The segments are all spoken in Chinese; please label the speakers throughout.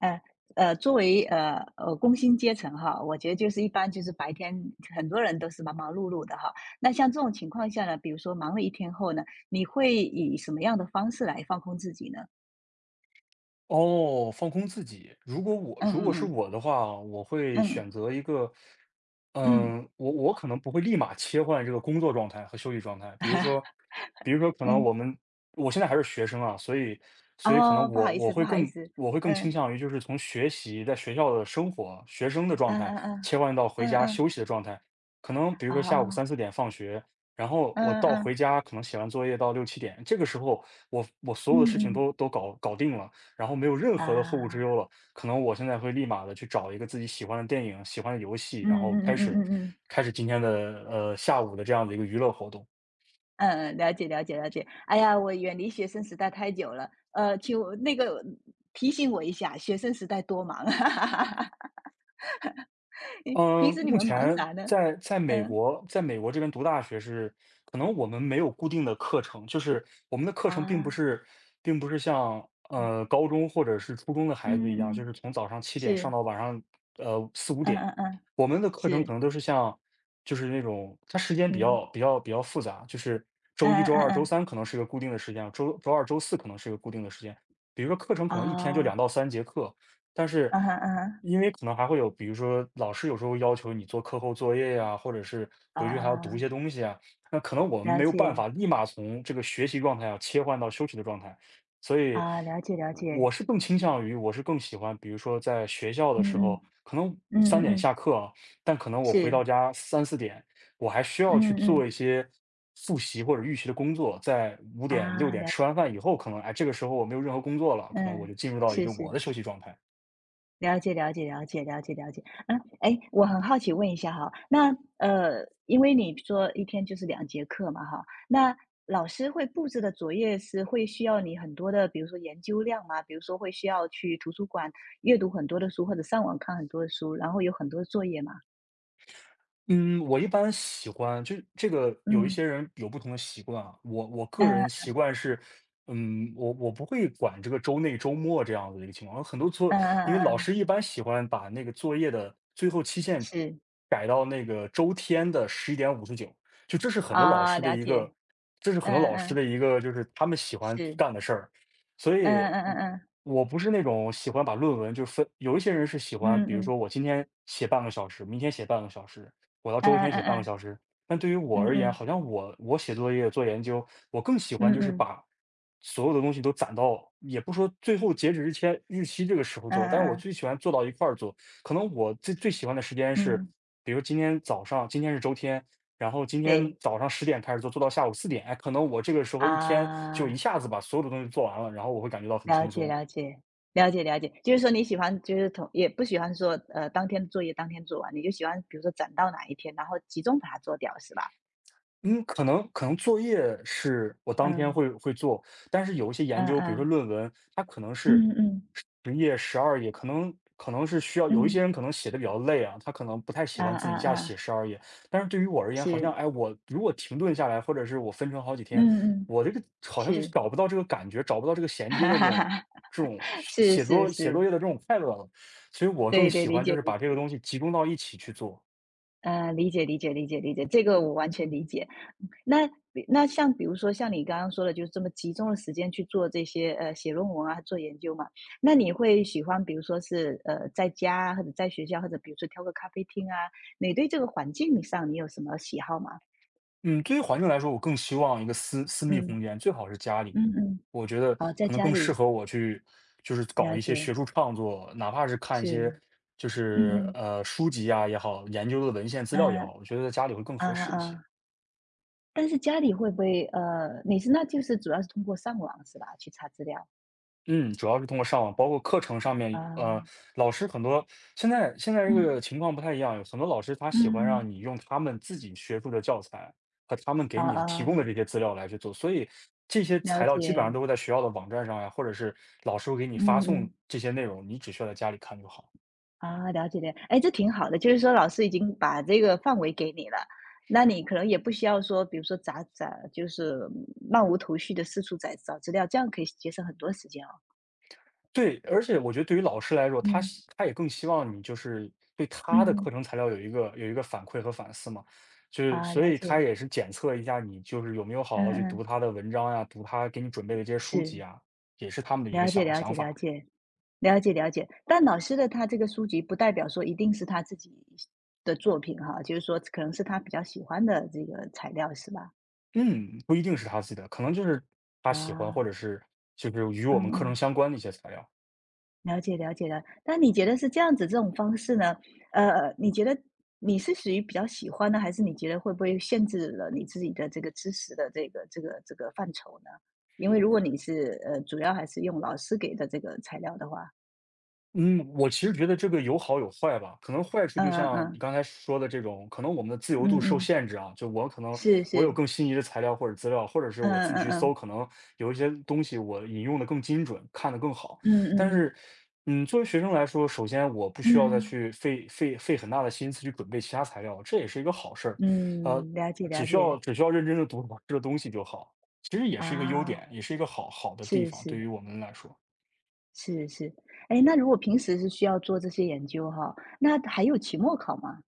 Speaker 1: 呃作为工薪阶层哈，我觉得就是一般就是白天很多人都是忙忙碌碌的哈。那像这种情况下呢，比如说忙了一天后呢，你会以什么样的方式来放空自己呢？
Speaker 2: 哦，放空自己。如果我
Speaker 1: 嗯
Speaker 2: 如
Speaker 1: 嗯
Speaker 2: 果是
Speaker 1: 嗯
Speaker 2: 我的话，我会
Speaker 1: 嗯
Speaker 2: 选择一个，
Speaker 1: 嗯
Speaker 2: 我可能不会立马切换这个工作状态和休息状态。比如说，可能我
Speaker 1: 嗯。
Speaker 2: 们我现在还是学生啊，所以可能
Speaker 1: 哦，不好
Speaker 2: 我
Speaker 1: 意
Speaker 2: 我
Speaker 1: 思不
Speaker 2: 会
Speaker 1: 好意
Speaker 2: 更
Speaker 1: 思，
Speaker 2: 我会更倾
Speaker 1: 嗯
Speaker 2: 向于就是从学习在学校的生活学生的状
Speaker 1: 嗯
Speaker 2: 态
Speaker 1: 嗯嗯
Speaker 2: 切换到回
Speaker 1: 嗯
Speaker 2: 家
Speaker 1: 嗯，
Speaker 2: 休息的状态。可能比如说下午
Speaker 1: 哦，
Speaker 2: 三四点放学，然后
Speaker 1: 嗯
Speaker 2: 我到
Speaker 1: 嗯
Speaker 2: 回
Speaker 1: 嗯
Speaker 2: 家可能写完作业到六七点，这个时候我所有的
Speaker 1: 嗯，
Speaker 2: 事情
Speaker 1: 嗯
Speaker 2: 都搞定了。然后没有任何的后顾之
Speaker 1: 啊，
Speaker 2: 忧了。可能我现在会立马的去找一个自己喜欢的电影、喜欢的游戏，
Speaker 1: 嗯
Speaker 2: 然后
Speaker 1: 嗯
Speaker 2: 开
Speaker 1: 嗯
Speaker 2: 始
Speaker 1: 嗯嗯嗯。
Speaker 2: 开始今天的，呃，下午的这样的一个娱乐活动。
Speaker 1: 嗯，了解了解了解。哎呀，我远离学生时代太久了，请我那个提醒我一下，学生时代多忙啊，诶，平
Speaker 2: 嗯，
Speaker 1: 时你
Speaker 2: 目
Speaker 1: 们忙
Speaker 2: 前
Speaker 1: 啥呢？
Speaker 2: 在美
Speaker 1: 嗯，
Speaker 2: 国，在美国这边读大学是，可能我们没有固定的课程，就是我们的课程并不
Speaker 1: 啊，
Speaker 2: 是，并不是像高中或者是初中的孩子
Speaker 1: 嗯
Speaker 2: 一样，就是
Speaker 1: 嗯，
Speaker 2: 从早上七点上
Speaker 1: 是，
Speaker 2: 到晚上四五
Speaker 1: 嗯
Speaker 2: 点，
Speaker 1: 嗯嗯，
Speaker 2: 我们的课程可
Speaker 1: 是，
Speaker 2: 能都是像，就是那种它时间比
Speaker 1: 嗯，
Speaker 2: 较比较比较复杂，就是
Speaker 1: 嗯
Speaker 2: 周一
Speaker 1: 嗯
Speaker 2: 周
Speaker 1: 嗯
Speaker 2: 二周
Speaker 1: 嗯，
Speaker 2: 三可能是一个固定的时间，周二周四可能是一个固定的时间，比如说课程可能一天就
Speaker 1: 啊，
Speaker 2: 两到三节课，但是
Speaker 1: 嗯哼嗯哼
Speaker 2: 因为可能还会有，比如说老师有时候要求你做课后作业呀，或者是回去还要读一
Speaker 1: 啊，
Speaker 2: 些东西啊，那可能我们
Speaker 1: 了
Speaker 2: 没有办法
Speaker 1: 解，
Speaker 2: 立马从这个学习状态啊切换到休息的状态，所以
Speaker 1: 啊，了解了解，
Speaker 2: 我是更喜欢，比如说在学校的
Speaker 1: 嗯
Speaker 2: 时
Speaker 1: 嗯，
Speaker 2: 候，可能
Speaker 1: 嗯
Speaker 2: 三
Speaker 1: 嗯
Speaker 2: 点
Speaker 1: 嗯，
Speaker 2: 下课啊，但可能我回到
Speaker 1: 是，
Speaker 2: 家三四点，我还需要去
Speaker 1: 嗯
Speaker 2: 做
Speaker 1: 嗯，
Speaker 2: 一些复习或者预习的工作，在五点六
Speaker 1: 啊，
Speaker 2: 点
Speaker 1: 了
Speaker 2: 吃完饭以后，可能哎，这个时候我没有任何工作了，可能我
Speaker 1: 嗯，
Speaker 2: 就进入到一
Speaker 1: 是
Speaker 2: 个我
Speaker 1: 是。
Speaker 2: 的休息状态。
Speaker 1: 了解，了解，了解，了解，了解。嗯，哎，我很好奇问一下哈，那因为你说一天就是两节课嘛哈，那老师会布置的作业是会需要你很多的，比如说研究量吗？比如说会需要去图书馆阅读很多的书，或者上网看很多的书，然后有很多作业吗？
Speaker 2: 嗯，我一般喜欢就这个有一
Speaker 1: 嗯
Speaker 2: 些人有不同的习惯啊，我个人
Speaker 1: 嗯
Speaker 2: 习惯是，我不会管这个周内周末这样子的一个情况，很多作
Speaker 1: 嗯
Speaker 2: 因
Speaker 1: 嗯嗯
Speaker 2: 为老
Speaker 1: 嗯，
Speaker 2: 师一般喜欢把那个作业的最后期限
Speaker 1: 是
Speaker 2: 改到那个周天的11:59，就这是很多老
Speaker 1: 啊，
Speaker 2: 师的
Speaker 1: 了
Speaker 2: 一
Speaker 1: 解，
Speaker 2: 个，这是很多
Speaker 1: 嗯
Speaker 2: 老师
Speaker 1: 嗯
Speaker 2: 的一个就是他们喜欢
Speaker 1: 是，
Speaker 2: 干的事儿，所
Speaker 1: 嗯
Speaker 2: 以
Speaker 1: 嗯
Speaker 2: 我
Speaker 1: 嗯
Speaker 2: 我不是那种喜欢把论文就分，有一些人是喜欢，
Speaker 1: 嗯嗯
Speaker 2: 比如说
Speaker 1: 嗯
Speaker 2: 我今天写半个小时，明天写半个小时，我要
Speaker 1: 嗯
Speaker 2: 周一天写半个
Speaker 1: 嗯
Speaker 2: 小时。但对于我
Speaker 1: 嗯嗯
Speaker 2: 而言，
Speaker 1: 嗯
Speaker 2: 好像我写作业、做研究，我更喜
Speaker 1: 嗯
Speaker 2: 欢就是
Speaker 1: 嗯
Speaker 2: 把所有的东西都攒到，也不说最后截止日期这个时候
Speaker 1: 嗯
Speaker 2: 做，但是我
Speaker 1: 嗯
Speaker 2: 最喜欢做到一块儿做。可能我最喜欢的时间是，
Speaker 1: 嗯，
Speaker 2: 比如今天早上，今天是周天，然后今天
Speaker 1: 对。
Speaker 2: 早上10点开始做，做到下午四点，哎，可能我这个时候一天就一
Speaker 1: 啊，
Speaker 2: 下子把所有的东西做完了，然后我会感觉到很
Speaker 1: 了
Speaker 2: 轻
Speaker 1: 解
Speaker 2: 松。
Speaker 1: 了解，了解了解。就是说你喜欢就是同也不喜欢说，当天作业当天做完，你就喜欢比如说攒到哪一天，然后集中把它做掉，是吧？
Speaker 2: 可能作业是我当天
Speaker 1: 嗯，
Speaker 2: 会做，但是有一些研
Speaker 1: 嗯
Speaker 2: 究，比如说
Speaker 1: 嗯，
Speaker 2: 论文，它可能是
Speaker 1: 嗯嗯
Speaker 2: 10页、十二页，可能是需要有一些
Speaker 1: 嗯，
Speaker 2: 人可能写的比较累啊，他可能不太喜
Speaker 1: 嗯
Speaker 2: 欢自
Speaker 1: 嗯
Speaker 2: 己一下写
Speaker 1: 嗯，
Speaker 2: 十二页。但是对于我而言，好像，
Speaker 1: 是，
Speaker 2: 哎，我如果停顿下来，或者是我分成好几天，
Speaker 1: 嗯嗯，
Speaker 2: 我这个好
Speaker 1: 是，
Speaker 2: 像就 是
Speaker 1: 是
Speaker 2: 找不到这个感觉，找不到这个衔接
Speaker 1: 哈
Speaker 2: 的这
Speaker 1: 哈
Speaker 2: 种
Speaker 1: 哈，
Speaker 2: 这种
Speaker 1: 是
Speaker 2: 写
Speaker 1: 是
Speaker 2: 作写作
Speaker 1: 是，
Speaker 2: 业的这种快乐了。所以我更
Speaker 1: 对对，
Speaker 2: 喜
Speaker 1: 理
Speaker 2: 欢就
Speaker 1: 解
Speaker 2: 是
Speaker 1: 理
Speaker 2: 把这个
Speaker 1: 解。
Speaker 2: 东西集中到一起去做。
Speaker 1: 理解理解理解理解，这个我完全理解。那那像比如说像你刚刚说的，就是这么集中的时间去做这些写论文啊，做研究嘛。那你会喜欢，比如说是在家啊或者在学校，或者比如说挑个咖啡厅啊，你对这个环境上你有什么喜好吗？
Speaker 2: 嗯，对于环境来说，我更希望一个私密
Speaker 1: 嗯
Speaker 2: 空间，最好是家里。
Speaker 1: 嗯嗯，
Speaker 2: 我觉得
Speaker 1: 哦，在
Speaker 2: 可能
Speaker 1: 家
Speaker 2: 更适
Speaker 1: 里
Speaker 2: 合我去，就是搞
Speaker 1: 了
Speaker 2: 一些学
Speaker 1: 解
Speaker 2: 术创作，哪怕是看一
Speaker 1: 是，
Speaker 2: 些就
Speaker 1: 嗯
Speaker 2: 是
Speaker 1: 嗯
Speaker 2: 书籍啊也好，研究的文献资料也
Speaker 1: 嗯
Speaker 2: 好，我觉得在家里会更
Speaker 1: 啊
Speaker 2: 合适一些。
Speaker 1: 啊，但是家里会不会你是那就是主要是通过上网是吧，去查资料
Speaker 2: 嗯，主要是通过上网，包括课程上面，
Speaker 1: 啊，
Speaker 2: 老师很多现在这
Speaker 1: 嗯
Speaker 2: 个情况不太一样，有很多老师他
Speaker 1: 嗯
Speaker 2: 喜欢让
Speaker 1: 嗯，
Speaker 2: 你用他们自己学术的教材和他们
Speaker 1: 啊，
Speaker 2: 给你的提供
Speaker 1: 啊，
Speaker 2: 的这些资料来去做，所以这些
Speaker 1: 了
Speaker 2: 材料基本上
Speaker 1: 解，
Speaker 2: 都会在学校的网站上呀，或者是老师会给你发
Speaker 1: 嗯
Speaker 2: 送
Speaker 1: 嗯，
Speaker 2: 这些内容，你只需要在家里看就好。
Speaker 1: 啊，了解了，哎，这挺好的，就是说老师已经把这个范围给你了，那你可能也不需要说，比如说杂杂，就是漫无头绪的四处在找资料，这样可以节省很多时间哦。
Speaker 2: 对，而且我觉得对于老师来说，他希他也更希望你就是对
Speaker 1: 嗯
Speaker 2: 他的
Speaker 1: 嗯
Speaker 2: 课
Speaker 1: 嗯，
Speaker 2: 程材料有一个反馈和反思嘛，就是
Speaker 1: 啊，
Speaker 2: 所
Speaker 1: 了
Speaker 2: 以他
Speaker 1: 解，
Speaker 2: 也是检测一下你就是有没有好
Speaker 1: 嗯
Speaker 2: 好去读
Speaker 1: 嗯，
Speaker 2: 他的文章呀，读他给你准备的这些书
Speaker 1: 是，
Speaker 2: 籍啊，也是他们的一个
Speaker 1: 了解
Speaker 2: 想
Speaker 1: 了
Speaker 2: 想
Speaker 1: 解了
Speaker 2: 法。
Speaker 1: 解了解了解，但老师的他这个书籍不代表说一定是他自己的作品哈，就是说可能是他比较喜欢的这个材料是吧？
Speaker 2: 嗯，不一定是他自己的，可能就是他喜欢
Speaker 1: 啊，
Speaker 2: 或者是就是与我
Speaker 1: 嗯
Speaker 2: 们课程
Speaker 1: 嗯。
Speaker 2: 相关的一些材料。
Speaker 1: 了解了解了，但你觉得是这样子这种方式呢？你觉得你是属于比较喜欢呢，还是你觉得会不会限制了你自己的这个知识的这个范畴呢？因为如果你是主要还是用老师给的这个材料的话，
Speaker 2: 嗯，我其实觉得这个有好有坏吧。可能坏处就
Speaker 1: 嗯
Speaker 2: 像你
Speaker 1: 嗯
Speaker 2: 刚才说的这种，可能我们的自
Speaker 1: 嗯
Speaker 2: 由度
Speaker 1: 嗯
Speaker 2: 受
Speaker 1: 嗯，
Speaker 2: 限制啊。就我可能
Speaker 1: 是
Speaker 2: 我有
Speaker 1: 是，
Speaker 2: 更心仪的材料或者资料，或者是
Speaker 1: 嗯
Speaker 2: 我自己
Speaker 1: 嗯
Speaker 2: 去
Speaker 1: 嗯
Speaker 2: 搜，可能有一些东西我引用的更精准，看得更好。
Speaker 1: 嗯嗯
Speaker 2: 但
Speaker 1: 嗯
Speaker 2: 是，作为学生来说，首先我不需要再
Speaker 1: 嗯，
Speaker 2: 去费很大的心思去准备其他材料，这也是一个好事儿。呃，
Speaker 1: 嗯，了解
Speaker 2: 只
Speaker 1: 了
Speaker 2: 需要
Speaker 1: 解
Speaker 2: 只需要认真的读老师的东西就好，其实也是一个优
Speaker 1: 啊，
Speaker 2: 点，也是一个好好的地
Speaker 1: 是
Speaker 2: 方，对于
Speaker 1: 是
Speaker 2: 我们来说。
Speaker 1: 是是，哎，那如果平时是需要做这些研究哈，那还有期末考吗？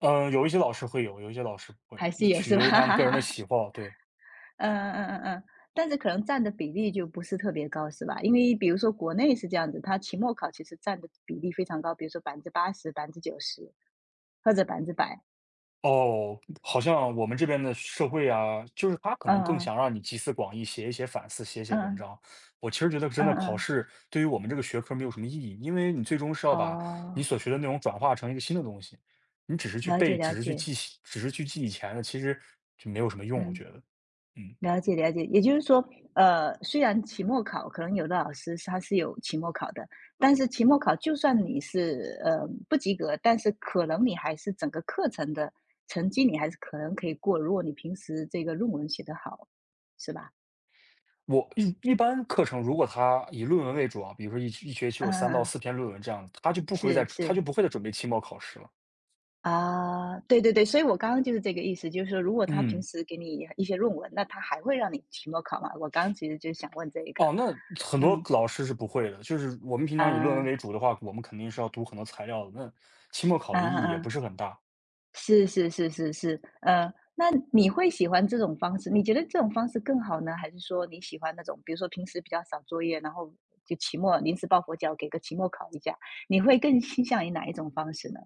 Speaker 2: 嗯，有一些老师会有，有一些老师不会，
Speaker 1: 还
Speaker 2: 那
Speaker 1: 是有
Speaker 2: 取
Speaker 1: 是吧？
Speaker 2: 决于他个人的 喜好，对。
Speaker 1: 嗯嗯嗯嗯嗯，但是可能占的比例就不是特别高，是吧？因为比如说国内是这样子，它期末考其实占的比例非常高，比如说80%、90%或者100%。
Speaker 2: 哦，好像我们这边的社会啊，就是他可
Speaker 1: 嗯
Speaker 2: 能更
Speaker 1: 嗯
Speaker 2: 想让你集思广益，写一写反思，写一写文
Speaker 1: 嗯
Speaker 2: 章。我其实觉得真
Speaker 1: 嗯
Speaker 2: 的
Speaker 1: 嗯
Speaker 2: 考
Speaker 1: 嗯，
Speaker 2: 试对于我们这个学科没有什么意义，因为你最终是要把你
Speaker 1: 哦，
Speaker 2: 所学的内容转化成一个新的东西，你只是去
Speaker 1: 了解
Speaker 2: 背，
Speaker 1: 了
Speaker 2: 只是去
Speaker 1: 解，
Speaker 2: 记，只是去记以前的，其实就没有什么用，我
Speaker 1: 嗯。
Speaker 2: 觉得。嗯。
Speaker 1: 了解了解，也就是说，虽然期末考可能有的老师他是有期末考的，但是期末考就算你是不及格，但是可能你还是整个课程的成绩你还是可能可以过，如果你平时这个论文写得好，是吧？
Speaker 2: 我一般课程如果他以论文为主啊，比如说一学期有三到
Speaker 1: 嗯嗯，嗯
Speaker 2: 四篇论文这样，他就不会再
Speaker 1: 是
Speaker 2: 他就
Speaker 1: 是
Speaker 2: 不会再准备期末考试了。
Speaker 1: 啊，对对对，所以我刚刚就是这个意思，就是说如果他平
Speaker 2: 嗯，
Speaker 1: 时给你一些论文，那他还会让你期末考吗？我刚刚其实就想问这一个，
Speaker 2: 哦，那很多
Speaker 1: 嗯
Speaker 2: 老师是不会的，就是我们平常以论文
Speaker 1: 啊
Speaker 2: 为主的话，我们肯定是要读很多材料的，那期末考
Speaker 1: 啊
Speaker 2: 的意义也
Speaker 1: 啊。
Speaker 2: 不是
Speaker 1: 嗯
Speaker 2: 很大。
Speaker 1: 是是是是是，那你会喜欢这种方式？你觉得这种方式更好呢，还是说你喜欢那种，比如说平时比较少作业，然后就期末临时抱佛脚，给个期末考一下，你会更倾向于哪一种方式呢？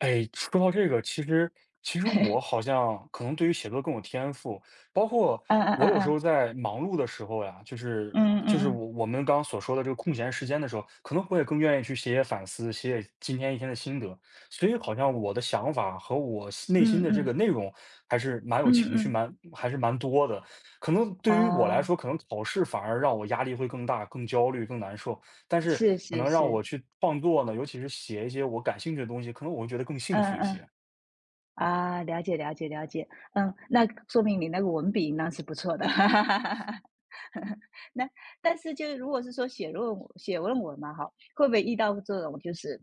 Speaker 2: 哎，说到这个，其实我 好像可能对于写作更有天赋，包括
Speaker 1: 嗯嗯
Speaker 2: 我有时
Speaker 1: 嗯
Speaker 2: 候在忙碌的时候呀，就是
Speaker 1: 嗯
Speaker 2: 就
Speaker 1: 嗯
Speaker 2: 是我
Speaker 1: 嗯
Speaker 2: 我们刚刚所说的这个空闲时间的时候，可能我也更愿意去写写反思，写写今天一天的心得，所以好像我的想法和我心内心
Speaker 1: 嗯
Speaker 2: 的这
Speaker 1: 嗯
Speaker 2: 个内容还是蛮有
Speaker 1: 嗯嗯，
Speaker 2: 情绪，
Speaker 1: 嗯
Speaker 2: 蛮还是蛮多的。可能对于我来
Speaker 1: 啊，
Speaker 2: 说，可能考试反而让我压力会更大、更焦虑、更难受。但是
Speaker 1: 是
Speaker 2: 可
Speaker 1: 是
Speaker 2: 能让
Speaker 1: 是，
Speaker 2: 我去创作呢，尤其是写一些我感兴趣的东西，可能我会觉得更幸
Speaker 1: 嗯
Speaker 2: 福一
Speaker 1: 嗯。
Speaker 2: 些。
Speaker 1: 啊，了解了解了解，嗯，那说明你那个文笔那是不错的，那但是就是如果是说写论文写论文嘛，哈，会不会遇到这种就是，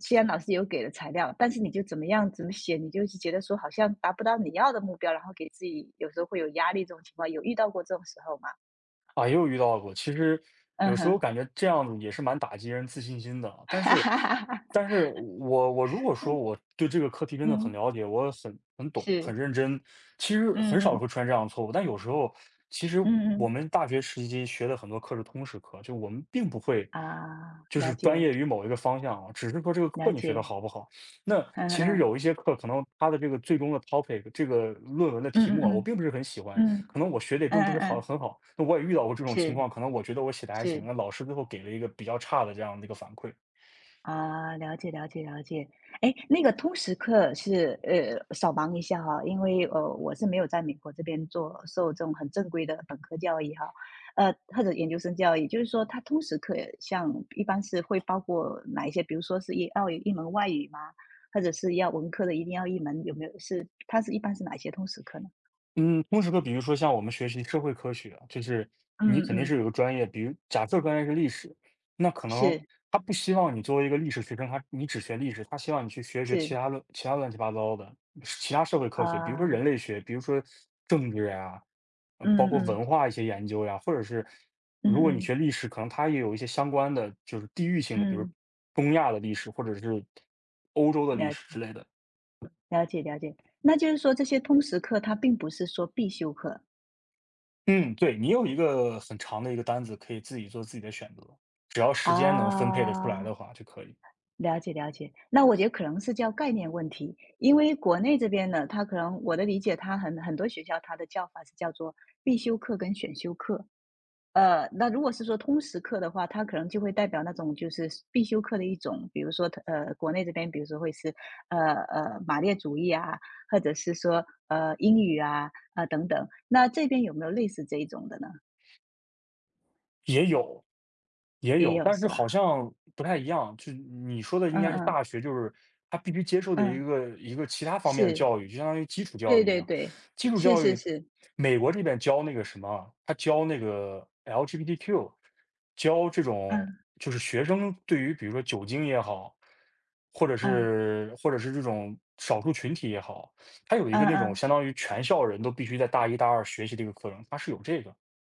Speaker 1: 虽然老师有给了材料，但是你就怎么样怎么写，你就是觉得说好像达不到你要的目标，然后给自己有时候会有压力这种情况，有遇到过这种时候吗？
Speaker 2: 啊，也有遇到过。其实
Speaker 1: 嗯
Speaker 2: 有时候
Speaker 1: 哼，
Speaker 2: 感觉这样子也是蛮打击人自信心的啊。但是，但 是我如果说我对这个课题真的很
Speaker 1: 嗯，
Speaker 2: 了解，我很懂，
Speaker 1: 是，
Speaker 2: 很认真，其实
Speaker 1: 嗯
Speaker 2: 很少
Speaker 1: 嗯
Speaker 2: 会出现这样的错误。但有时候，其实
Speaker 1: 嗯
Speaker 2: 我
Speaker 1: 嗯，
Speaker 2: 们大学时期学的很多课是通识课，就我们并不会。
Speaker 1: 啊，
Speaker 2: 就
Speaker 1: 了
Speaker 2: 是专
Speaker 1: 解
Speaker 2: 业于某一个方向啊，只是说这个
Speaker 1: 了
Speaker 2: 课你学的
Speaker 1: 解，
Speaker 2: 好不好。那
Speaker 1: 嗯
Speaker 2: 其实
Speaker 1: 嗯
Speaker 2: 有一些课，可能它的这个最终的 topic，这个论文的
Speaker 1: 嗯
Speaker 2: 题
Speaker 1: 嗯
Speaker 2: 目啊，我
Speaker 1: 嗯
Speaker 2: 并不是很喜欢，
Speaker 1: 嗯
Speaker 2: 可能我学的也
Speaker 1: 嗯
Speaker 2: 并不是
Speaker 1: 嗯
Speaker 2: 好
Speaker 1: 嗯，
Speaker 2: 很好，那我也遇到过这种情
Speaker 1: 是
Speaker 2: 况，可能我觉得我写的还行，
Speaker 1: 是。
Speaker 2: 那老师最后给了一个比较差的这样的一个反馈。
Speaker 1: 啊，了解了解了解。哎，那个通识课是少忙一下哈，因为我是没有在美国这边受这种很正规的本科教育哈，或者研究生教育，就是说它通识课像一般是会包括哪一些？比如说是一要有一门外语吗？或者是要文科的一定要一门？有没有是它是一般是哪些通识课呢？
Speaker 2: 嗯，通识课，比如说像我们学习社会科学啊，就是你
Speaker 1: 嗯
Speaker 2: 肯定
Speaker 1: 嗯，
Speaker 2: 是有个专业，比如假设专业是历史，那可能
Speaker 1: 是
Speaker 2: 他不希望你作为一个历史学生，你只学历史，他希望你去学一学其
Speaker 1: 是
Speaker 2: 他乱其他乱七八糟的，其他社会科学，比如说
Speaker 1: 啊，
Speaker 2: 人类学，比如说政治呀，呃
Speaker 1: 嗯
Speaker 2: 包括
Speaker 1: 嗯
Speaker 2: 文化一些研究呀，或者是
Speaker 1: 嗯
Speaker 2: 如果你
Speaker 1: 嗯
Speaker 2: 学历史，可能它也有一些相关的，就是地域性的，比如
Speaker 1: 嗯，
Speaker 2: 东亚的历史或者是欧洲的历史之
Speaker 1: 了
Speaker 2: 类的。
Speaker 1: 了解了解，那就是说这些通识课它并不是说必修课。
Speaker 2: 嗯，对，你有一个很长的一个单子，可以自己做自己的选择，只要时间能分配得出来
Speaker 1: 啊，
Speaker 2: 的话就可以。
Speaker 1: 了解了解，那我觉得可能是叫概念问题，因为国内这边呢，它可能我的理解，它很多学校它的叫法是叫做必修课跟选修课。那如果是说通识课的话，它可能就会代表那种就是必修课的一种，比如说国内这边比如说会是马列主义啊，或者是说英语啊啊、等等，那这边有没有类似这一种的呢？
Speaker 2: 也有，也
Speaker 1: 也
Speaker 2: 有，
Speaker 1: 有
Speaker 2: 但是
Speaker 1: 是
Speaker 2: 好
Speaker 1: 吧？
Speaker 2: 像不太一样。就你说的应
Speaker 1: 嗯
Speaker 2: 该是
Speaker 1: 嗯
Speaker 2: 大学，就是他必须接受的一
Speaker 1: 嗯，
Speaker 2: 个一个其他方面的
Speaker 1: 是，
Speaker 2: 教育，就相当于基础教
Speaker 1: 对
Speaker 2: 育一
Speaker 1: 对
Speaker 2: 样。
Speaker 1: 对，
Speaker 2: 基础
Speaker 1: 是
Speaker 2: 教
Speaker 1: 是
Speaker 2: 育，
Speaker 1: 是，
Speaker 2: 美国这边教那个什么，他教那个 LGBTQ，教这种
Speaker 1: 嗯
Speaker 2: 就是学生对于比如说酒精也好，或者
Speaker 1: 嗯
Speaker 2: 是或者是这种少数群体也好，他有一
Speaker 1: 嗯
Speaker 2: 个那种
Speaker 1: 嗯，
Speaker 2: 相当于全校人都必须在大一大二学习这个课程，他是有这个。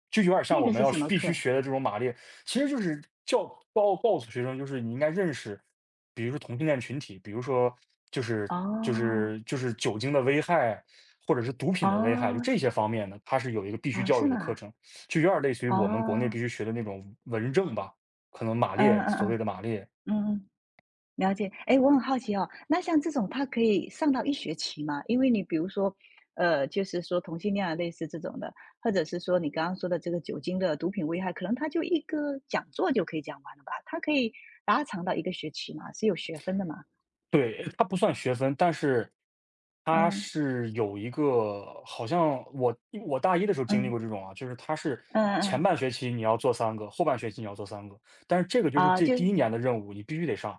Speaker 2: 就有点像
Speaker 1: 那
Speaker 2: 我
Speaker 1: 个
Speaker 2: 们
Speaker 1: 是
Speaker 2: 要
Speaker 1: 什
Speaker 2: 是
Speaker 1: 么
Speaker 2: 必须
Speaker 1: 课？
Speaker 2: 学的这种马列，其实就是教告诉学生，就是你应该认识，比如说同性恋群体，比如说就是就
Speaker 1: 哦
Speaker 2: 是就是酒精的危害，或者是毒品的危害，就
Speaker 1: 哦
Speaker 2: 这些方面呢，它是有一个必须
Speaker 1: 哦，
Speaker 2: 教
Speaker 1: 是
Speaker 2: 育
Speaker 1: 吗？
Speaker 2: 的课程，就有点类似于我们国内
Speaker 1: 哦，
Speaker 2: 必须学的那种文政吧，可能马
Speaker 1: 嗯
Speaker 2: 列
Speaker 1: 嗯
Speaker 2: 所
Speaker 1: 嗯
Speaker 2: 谓的马列，
Speaker 1: 嗯嗯，了解。哎，我很好奇哦，那像这种它可以上到一学期吗？因为你比如说，就是说同性恋啊，类似这种的，或者是说你刚刚说的这个酒精的毒品危害，可能它就一个讲座就可以讲完了吧？它可以拉长到一个学期吗？是有学分的吗？
Speaker 2: 对，它不算学分，但是它
Speaker 1: 嗯。
Speaker 2: 是有一个，好像我大一的时候经历
Speaker 1: 嗯，
Speaker 2: 过这种啊，就是它是
Speaker 1: 嗯嗯
Speaker 2: 前
Speaker 1: 嗯
Speaker 2: 半学期你要做三个，后半学期你要做三个，但是这个就是
Speaker 1: 啊，
Speaker 2: 这
Speaker 1: 就
Speaker 2: 第
Speaker 1: 是
Speaker 2: 一年的任务，你必须得上。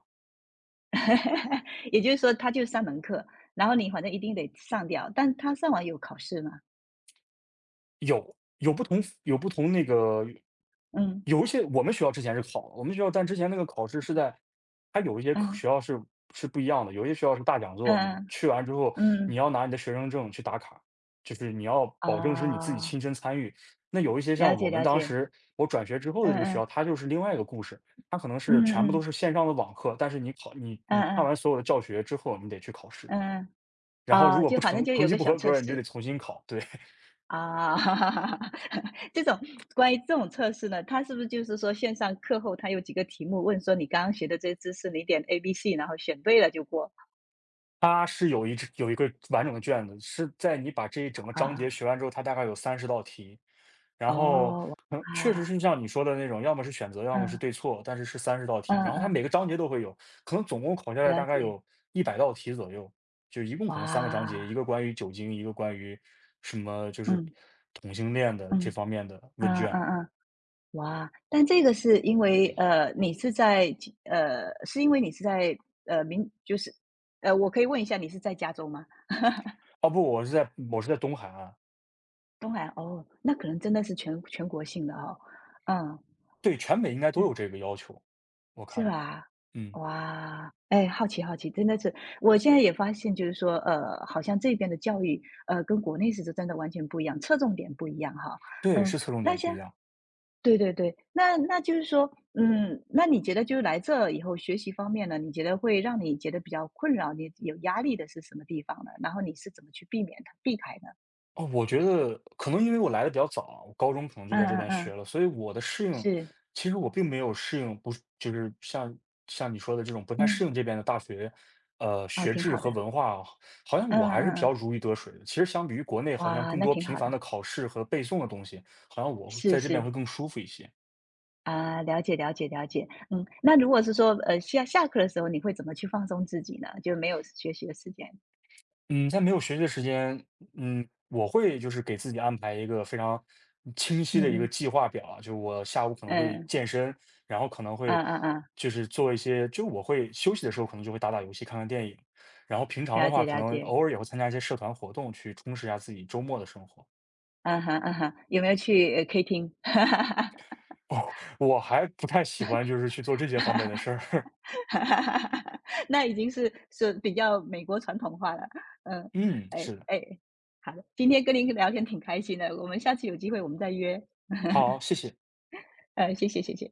Speaker 1: 也就是说，他就三门课，然后你反正一定得上掉，但他上完有考试嘛？
Speaker 2: 有，有不同那个
Speaker 1: 嗯
Speaker 2: 有一些我们学校但之前那个考试是在它有一些课
Speaker 1: 嗯
Speaker 2: 学校是不一样的，有一些学校是大讲座，你
Speaker 1: 嗯
Speaker 2: 去完之
Speaker 1: 嗯，
Speaker 2: 后，你
Speaker 1: 嗯，
Speaker 2: 要拿你的学生证去打卡，就是你要保证是你自己
Speaker 1: 啊，
Speaker 2: 亲身参与。那有一些
Speaker 1: 了
Speaker 2: 像我
Speaker 1: 解
Speaker 2: 们
Speaker 1: 了
Speaker 2: 当
Speaker 1: 解，
Speaker 2: 时我转学之后的
Speaker 1: 嗯
Speaker 2: 这个学
Speaker 1: 嗯，
Speaker 2: 校，它就是另外一个故事，它可能
Speaker 1: 嗯
Speaker 2: 是全部都
Speaker 1: 嗯，
Speaker 2: 是线上的网课，但是你考你
Speaker 1: 嗯
Speaker 2: 你看
Speaker 1: 嗯，
Speaker 2: 完所有的教学之后，你得去考试，
Speaker 1: 嗯
Speaker 2: 然后
Speaker 1: 啊，
Speaker 2: 如
Speaker 1: 哦
Speaker 2: 果不
Speaker 1: 就反正
Speaker 2: 成
Speaker 1: 就
Speaker 2: 成
Speaker 1: 有
Speaker 2: 绩
Speaker 1: 个
Speaker 2: 不
Speaker 1: 小
Speaker 2: 合格
Speaker 1: 测
Speaker 2: 儿你就得
Speaker 1: 试，
Speaker 2: 重新考，对。
Speaker 1: 啊，这种关于这种测试呢，它是不是就是说线上课后它有几个题目问说你刚刚学的这些知识，你点 ABC，然后选对了就过，
Speaker 2: 它是只有一个完整的卷子，是在你把这一整个章节
Speaker 1: 啊，
Speaker 2: 学完之后，它大概有三十道题。然后，
Speaker 1: 哦，
Speaker 2: 嗯，确
Speaker 1: 啊，
Speaker 2: 实是像你说的那种，要么是选择，要么是
Speaker 1: 嗯。
Speaker 2: 对错，但是是三十道
Speaker 1: 嗯
Speaker 2: 题。然后它
Speaker 1: 嗯，
Speaker 2: 每个章节都会有，可能总共考下来
Speaker 1: 了
Speaker 2: 大概
Speaker 1: 解。
Speaker 2: 有100道题左右，就一共可能三个章节，
Speaker 1: 哇，
Speaker 2: 一个关于酒精，一个关于什么就是
Speaker 1: 嗯
Speaker 2: 同性恋的这
Speaker 1: 嗯，
Speaker 2: 方面的问
Speaker 1: 嗯
Speaker 2: 卷。
Speaker 1: 嗯嗯，哇！但这个是因为你是在其是因为你是在就是我可以问一下你是在加州吗？
Speaker 2: 哦，不，我是在东海岸，
Speaker 1: 东海，哦，那可能真的是全国性的哦。嗯，
Speaker 2: 对，全美应该都
Speaker 1: 对，
Speaker 2: 有这个要求，我
Speaker 1: 是
Speaker 2: 看，
Speaker 1: 吧？
Speaker 2: 嗯，
Speaker 1: 哇，哎，好奇好奇，真的是，我现在也发现，就是说，好像这边的教育，跟国内是真的完全不一样，侧重点不一样哈。
Speaker 2: 对，
Speaker 1: 嗯，
Speaker 2: 是侧重
Speaker 1: 那
Speaker 2: 点不
Speaker 1: 像。
Speaker 2: 一样。
Speaker 1: 对对对，那就是说，嗯，那你觉得就是来这以后学习方面呢，你觉得会让你觉得比较困扰、你有压力的是什么地方呢？然后你是怎么去避免它、避开呢？
Speaker 2: 哦，我觉得可能因为我来的比较早啊我高中可能就
Speaker 1: 嗯
Speaker 2: 在这
Speaker 1: 嗯
Speaker 2: 边学
Speaker 1: 嗯，
Speaker 2: 了，所以我的适应，
Speaker 1: 是，
Speaker 2: 其实我并没有适应，不是就是像你说的这种不太适
Speaker 1: 嗯，
Speaker 2: 应这边的大学，
Speaker 1: 哦，
Speaker 2: 学
Speaker 1: 挺
Speaker 2: 制
Speaker 1: 好
Speaker 2: 和
Speaker 1: 的，
Speaker 2: 文化，好像
Speaker 1: 嗯
Speaker 2: 我还是比
Speaker 1: 嗯
Speaker 2: 较
Speaker 1: 嗯，
Speaker 2: 如鱼得水的。其实相比于国内，好像
Speaker 1: 哇，
Speaker 2: 更
Speaker 1: 那
Speaker 2: 多
Speaker 1: 挺
Speaker 2: 频
Speaker 1: 好
Speaker 2: 繁
Speaker 1: 的，
Speaker 2: 的考试和背诵的东西，好像我
Speaker 1: 是
Speaker 2: 在这边
Speaker 1: 是
Speaker 2: 会更舒服一些。
Speaker 1: 啊，了解了解了解，嗯，那如果是说下课的时候，你会怎么去放松自己呢？就没有学习的时间，
Speaker 2: 嗯，在没有学习的时间，嗯，我会就是给自己安排一个非常清晰
Speaker 1: 嗯
Speaker 2: 的一个
Speaker 1: 嗯
Speaker 2: 计划表啊，就我下午可能会
Speaker 1: 嗯
Speaker 2: 健身，然后可能
Speaker 1: 嗯
Speaker 2: 会
Speaker 1: 嗯嗯，
Speaker 2: 就是做一些，就我会休息的时候可能就会打打游戏、看看电影，然后平常
Speaker 1: 了
Speaker 2: 的
Speaker 1: 解
Speaker 2: 话，可
Speaker 1: 了
Speaker 2: 能
Speaker 1: 解，
Speaker 2: 偶尔也会参加一些社团活动，去充实一下自己周末的生活。
Speaker 1: 嗯哼嗯哼，有没有去K 厅？
Speaker 2: 哦，我还不太喜欢就是去做这 些方面的事儿。
Speaker 1: 哈，那已经是比较美国传统化了。嗯，
Speaker 2: 嗯，
Speaker 1: 哎
Speaker 2: 是的，
Speaker 1: 哎，好的，今天跟您聊天挺开心的，我们下次有机会我们再约。
Speaker 2: 好，谢谢。
Speaker 1: 谢谢谢谢。